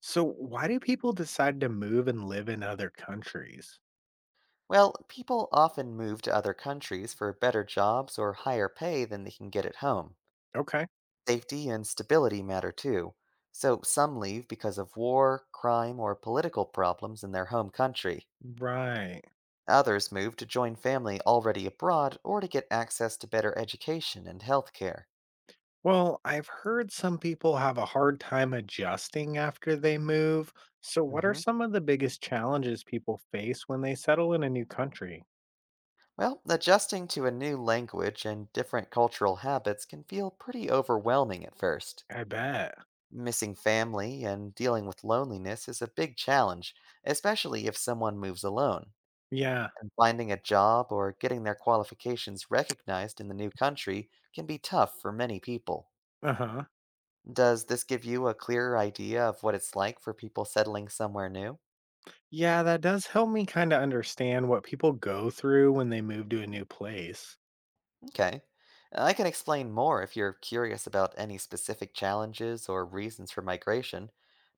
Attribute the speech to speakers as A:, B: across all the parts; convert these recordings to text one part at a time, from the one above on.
A: So, why do people decide to move and live in other countries?
B: Well, people often move to other countries for better jobs or higher pay than they can get at home.
A: Okay.
B: Safety and stability matter too, so some leave because of war, crime, or political problems in their home country.
A: Right.
B: Others move to join family already abroad or to get access to better education and healthcare.
A: Well, I've heard some people have a hard time adjusting after they move. So, what are
B: hmm
A: some of the biggest challenges people face when they settle in a new country?
B: Well, adjusting to a new language and different cultural habits can feel pretty overwhelming at first.
A: I bet.
B: Missing family and dealing with loneliness is a big challenge, especially if someone moves alone.
A: Yeah.
B: And finding a job or getting their qualifications recognized in the new country can be tough for many people.
A: Uh huh.
B: Does this give you a clearer idea of what it's like for people settling somewhere new?
A: Yeah, that does help me kind of understand what people go through when they move to a new place.
B: Okay. I can explain more if you're curious about any specific challenges or reasons for migration.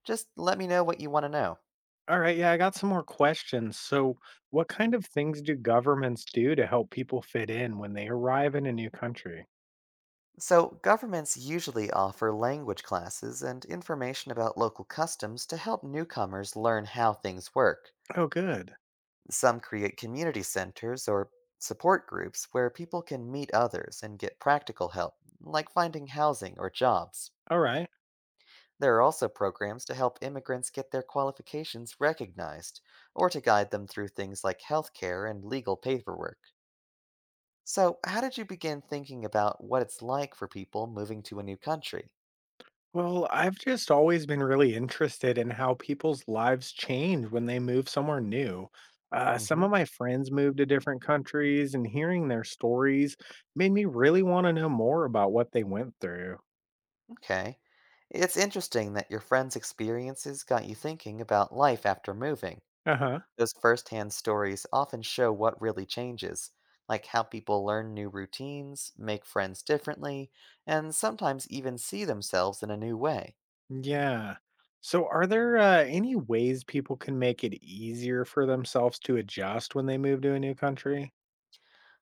B: Just let me know what you want to know.
A: All right, yeah, I got some more questions. So, what kind of things do governments do to help people fit in when they arrive in a new country?
B: So, governments usually offer language classes and information about local customs to help newcomers learn how things work.
A: Oh, good.
B: Some create community centers or support groups where people can meet others and get practical help, like finding housing or jobs.
A: All right.
B: There are also programs to help immigrants get their qualifications recognized or to guide them through things like healthcare and legal paperwork. So, how did you begin thinking about what it's like for people moving to a new country?
A: Well, I've just always been really interested in how people's lives change when they move somewhere new. Some
B: Mhm.
A: of my friends moved to different countries, and hearing their stories made me really want to know more about what they went through.
B: Okay. It's interesting that your friends' experiences got you thinking about life after moving.
A: Uh huh.
B: Those firsthand stories often show what really changes, like how people learn new routines, make friends differently, and sometimes even see themselves in a new way.
A: Yeah. So, are there any ways people can make it easier for themselves to adjust when they move to a new country?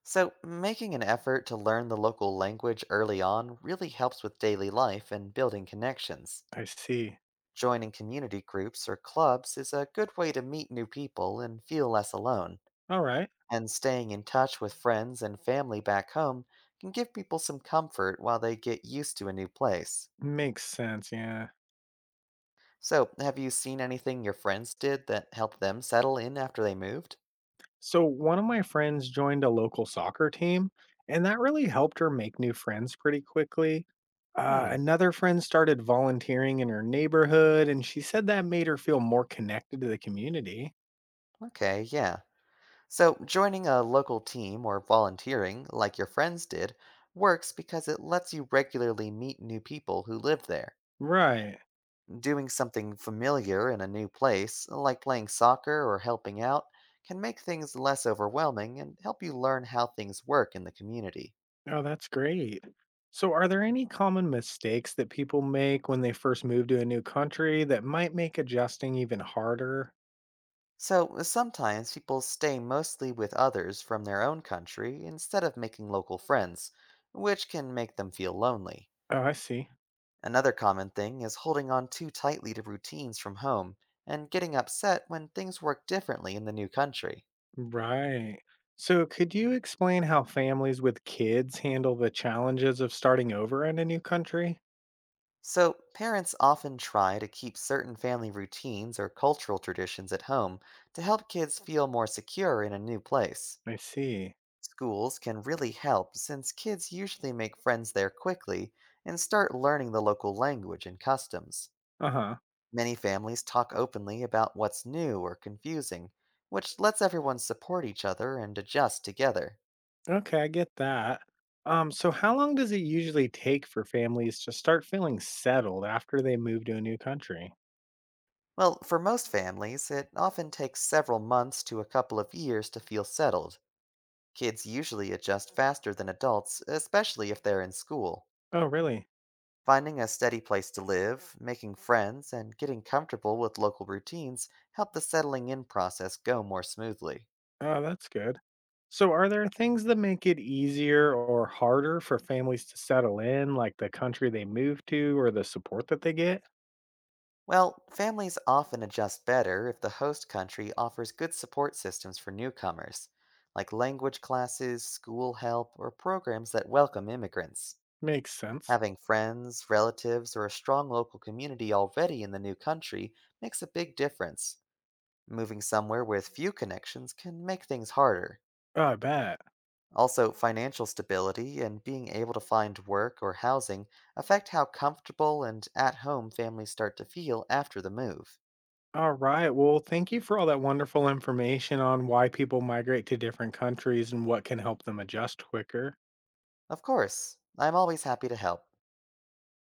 B: So, making an effort to learn the local language early on really helps with daily life and building connections.
A: I see.
B: Joining community groups or clubs is a good way to meet new people and feel less alone.
A: All right.
B: And staying in touch with friends and family back home can give people some comfort while they get used to a new place.
A: Makes sense. Yeah.
B: So, have you seen anything your friends did that helped them settle in after they moved?
A: So, one of my friends joined a local soccer team, and that really helped her make new friends pretty quickly.
B: Hmm,
A: Another friend started volunteering in her neighborhood, and she said that made her feel more connected to the community.
B: okay, yeah. So, joining a local team or volunteering, like your friends did, works because it lets you regularly meet new people who live there.
A: Right.
B: Doing something familiar in a new place, like playing soccer or helping out, can make things less overwhelming and help you learn how things work in the community.
A: Oh, that's great. So, are there any common mistakes that people make when they first move to a new country that might make adjusting even harder?
B: So, sometimes people stay mostly with others from their own country instead of making local friends, which can make them feel lonely.
A: Oh, I see.
B: Another common thing is holding on too tightly to routines from home and getting upset when things work differently in the new country.
A: Right. So, could you explain how families with kids handle the challenges of starting over in a new country?
B: So, parents often try to keep certain family routines or cultural traditions at home to help kids feel more secure in a new place.
A: I see.
B: Schools can really help since kids usually make friends there quickly and start learning the local language and customs.
A: Uh huh.
B: Many families talk openly about what's new or confusing, which lets everyone support each other and adjust together.
A: Okay, I get that. So how long does it usually take for families to start feeling settled after they move to a new country?
B: Well, for most families, it often takes several months to a couple of years to feel settled. Kids usually adjust faster than adults, especially if they're in school.
A: Oh, really?
B: Finding a steady place to live, making friends, and getting comfortable with local routines help the settling in process go more smoothly.
A: Oh, that's good. So, are there things that make it easier or harder for families to settle in, like the country they move to or the support that they get?
B: Well, families often adjust better if the host country offers good support systems for newcomers, like language classes, school help, or programs that welcome immigrants.
A: Makes sense.
B: Having friends, relatives, or a strong local community already in the new country makes a big difference. Moving somewhere with few connections can make things harder.
A: Oh, I bet.
B: Also, financial stability and being able to find work or housing affect how comfortable and at home families start to feel after the move.
A: All right. Well, thank you for all that wonderful information on why people migrate to different countries and what can help them adjust quicker.
B: Of course, I'm always happy to help.